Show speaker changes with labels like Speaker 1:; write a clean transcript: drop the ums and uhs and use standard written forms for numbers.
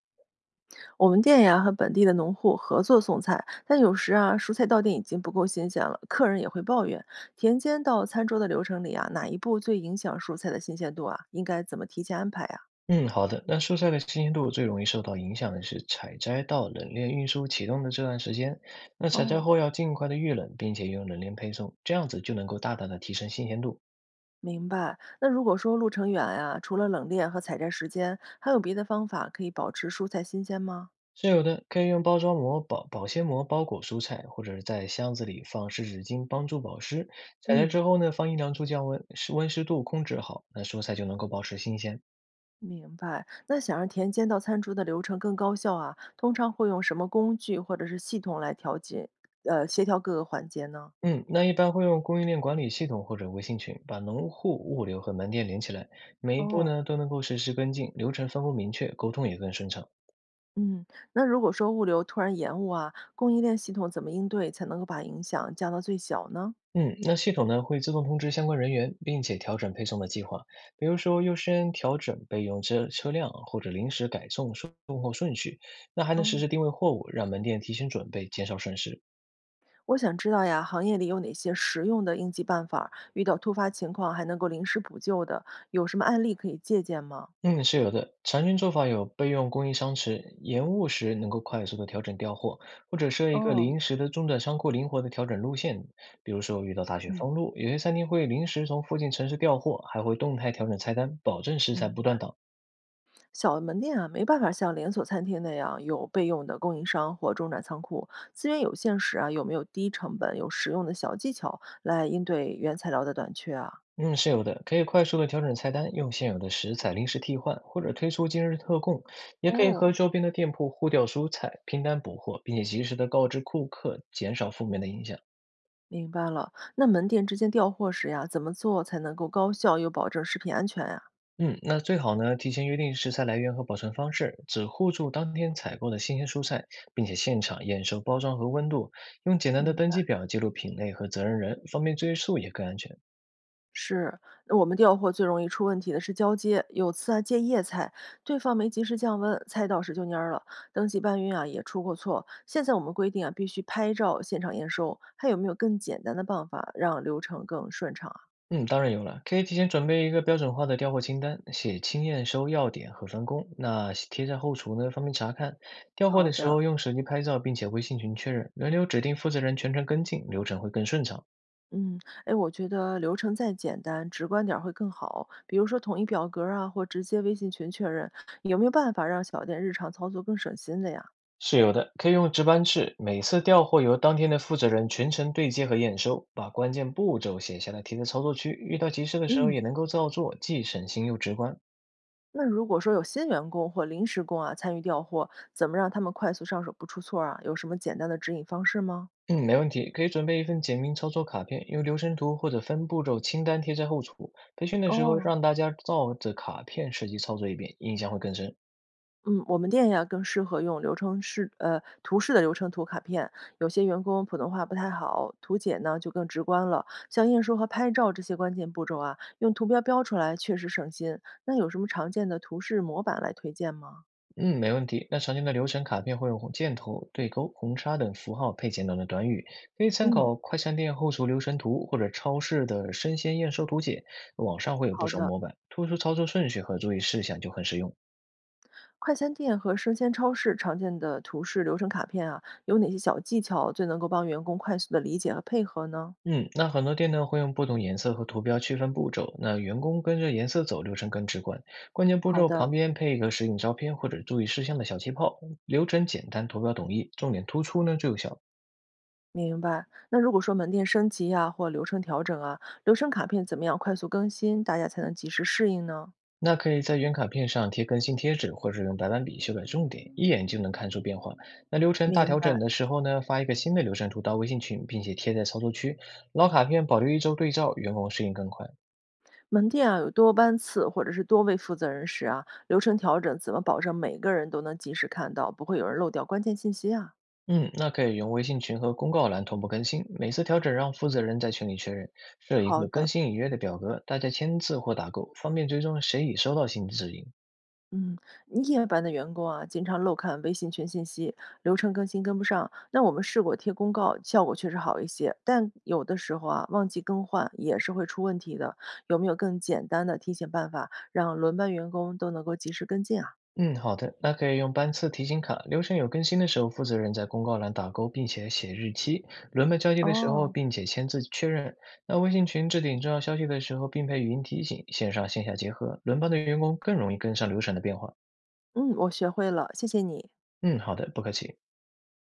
Speaker 1: 我们店呀和本地的农户合作送菜，但有时啊，蔬菜到店已经不够新鲜了，客人也会抱怨。田间到餐桌的流程里啊，哪一步最影响蔬菜的新鲜度啊？应该怎么提前安排呀、
Speaker 2: 嗯，好的。那蔬菜的新鲜度最容易受到影响的是采摘到冷链运输启动的这段时间。那采摘
Speaker 1: 哦，
Speaker 2: 后要尽快的预冷，并且用冷链配送，这样子就能够大大的提升新鲜度。
Speaker 1: 明白。那如果说路程远呀、除了冷链和采摘时间，还有别的方法可以保持蔬菜新鲜吗？
Speaker 2: 是有的，可以用包装膜、保鲜膜包裹蔬菜，或者是在箱子里放湿纸巾帮助保湿。采摘之
Speaker 1: 嗯。
Speaker 2: 后呢，放阴凉处降温，湿温湿度控制好，那蔬菜就能够保持新鲜。
Speaker 1: 明白。那想让田间到餐桌的流程更高效啊，通常会用什么工具或者是系统来调节，协调各个环节呢？
Speaker 2: 嗯，那一般会用供应链管理系统或者微信群，把农户、物流和门店连起来，每一步
Speaker 1: 哦，
Speaker 2: 呢都能够实时跟进，流程分工明确，沟通也更顺畅。
Speaker 1: 嗯，那如果说物流突然延误啊，供应链系统怎么应对才能够把影响降到最小呢？
Speaker 2: 嗯，那系统呢会自动通知相关人员，并且调整配送的计划，比如说优先调整备用车辆或者临时改送货顺序，那还能实
Speaker 1: 哦，
Speaker 2: 时定位货物，让门店提前准备，减少损失。
Speaker 1: 我想知道呀，行业里有哪些实用的应急办法儿遇到突发情况还能够临时补救的，有什么案例可以借鉴吗？
Speaker 2: 嗯，是有的。常见做法有备用供应商池，延误时能够快速的调整调货，或者设一个
Speaker 1: 哦，
Speaker 2: 临时的中转仓库，灵活的调整路线。比如说遇到大雪
Speaker 1: 嗯，
Speaker 2: 封路，有些餐厅会临时从附近城市调货，还会动态调整菜单，保证食材
Speaker 1: 明
Speaker 2: 不
Speaker 1: 白。
Speaker 2: 断档。
Speaker 1: 小门店啊，没办法像连锁餐厅那样有备用的供应商或中转仓库，资源有限时啊，有没有低成本、有实用的小技巧来应对原材料的短缺啊？
Speaker 2: 嗯，是有的，可以快速的调整菜单，用现有的食材临时替换，或者推出今日特供，也可以和
Speaker 1: 哦。
Speaker 2: 周边的店铺互调蔬菜，拼单补货，并且及时的告知顾客，减少负面的影响。
Speaker 1: 明白了。那门店之间调货时呀，怎么做才能够高效又保证食品安全呀？
Speaker 2: 嗯，那最好呢，提前约定食材来源和保存方式，只互助当天采购的新鲜蔬菜，并且现场验收包装和温度，用简单的
Speaker 1: 明
Speaker 2: 登
Speaker 1: 白，
Speaker 2: 记表记录品类和责任人，方便追溯也更安全。
Speaker 1: 是，那我们调货最容易出问题的是交接，有次啊借叶菜，对方没及时降温，菜到时就蔫儿了。登记搬运啊也出过错。现在我们规定啊必须拍照现场验收，还有没有更简单的办法让流程更顺畅啊？
Speaker 2: 嗯，当然有了，可以提前准备一个标准化的调货清单，写清验收要点和分工，那贴在后厨呢，方便查看。调货
Speaker 1: 好
Speaker 2: 的时
Speaker 1: 的，
Speaker 2: 候用手机拍照，并且微信群确认，轮流指定负责人全程跟进，流程会更顺畅。
Speaker 1: 嗯，哎，我觉得流程再简单，直观点儿会更好。比如说统一表格儿啊，或直接微信群确认，有没有办法让小店日常操作更省心的呀？
Speaker 2: 是有的，可以用值班制，每次调货由当天的负责人全程对接和验收，把关键步骤写下来贴在操作区，遇到急事的时候
Speaker 1: 嗯，
Speaker 2: 也能够照做，既省心又直观。
Speaker 1: 那如果说有新员工或临时工啊参与调货，怎么让他们快速上手不出错儿啊？有什么简单的指引方式吗？
Speaker 2: 嗯，没问题，可以准备一份简明操作卡片，用流程图或者分步骤清单贴在后厨。培训的时候
Speaker 1: 哦，
Speaker 2: 让大家照着卡片实际操作一遍，印象会更深。
Speaker 1: 嗯，我们店呀更适合用流程式图示的流程图卡片，有些员工普通话不太好，图解呢就更直观了。像验收和拍照这些关键步骤啊，用图标标出来确实省心。那有什么常见的图示模板来推荐吗？
Speaker 2: 嗯，没问题。那常见的流程卡片会用红箭头、对勾、红叉等符号配简短的短语，可以参
Speaker 1: 嗯，
Speaker 2: 考快餐店后厨流程图或者超市的生鲜验收图解，网上会有不
Speaker 1: 好
Speaker 2: 少
Speaker 1: 的。
Speaker 2: 模板，突出操作顺序和注意事项就很实用。
Speaker 1: 快餐店和生鲜超市常见的图示流程卡片啊，有哪些小技巧最能够帮员工快速的理解和配合呢？
Speaker 2: 嗯，那很多店呢会用不同颜色和图标区分步骤，那员工跟着颜色走，流程更直观。关键步
Speaker 1: 好
Speaker 2: 骤
Speaker 1: 的，
Speaker 2: 旁边配一个实景照片或者注意事项的小气泡，流程简单，图标统一，重点突出呢最有效。
Speaker 1: 明白。那如果说门店升级呀、或流程调整啊，流程卡片怎么样快速更新，大家才能及时适应呢？
Speaker 2: 那可以在原卡片上贴更新贴纸，或者用白板笔修改重点，一眼就能看出变化。那流程大
Speaker 1: 明
Speaker 2: 调整
Speaker 1: 白。
Speaker 2: 的时候呢，发一个新的流程图到微信群，并且贴在操作区。老卡片保留1周对照，员工适应更快。
Speaker 1: 门店啊有多班次或者是多位负责人时啊，流程调整怎么保证每个人都能及时看到，不会有人漏掉关键信息啊？
Speaker 2: 嗯，那可以用微信群和公告栏同步更新，每次调整让负责人在群里确认，设一
Speaker 1: 好
Speaker 2: 个更
Speaker 1: 的。
Speaker 2: 新已阅的表格，大家签字或打勾，方便追踪谁已收到新指引。
Speaker 1: 嗯，夜班的员工啊，经常漏看微信群信息，流程更新跟不上。那我们试过贴公告，效果确实好一些，但有的时候啊，忘记更换也是会出问题的。有没有更简单的提醒办法，让轮班员工都能够及时跟进啊？
Speaker 2: 嗯，好的，那可以用班次提醒卡，流程有更新的时候，负责人在公告栏打勾，并且写日期；轮班交接的时候，
Speaker 1: 哦，
Speaker 2: 并且签字确认。那微信群置顶重要消息的时候，并配语音提醒，线上线下结合，轮班的员工更容易跟上流程的变化。
Speaker 1: 嗯，我学会了，谢谢你。
Speaker 2: 嗯，好的，不客气。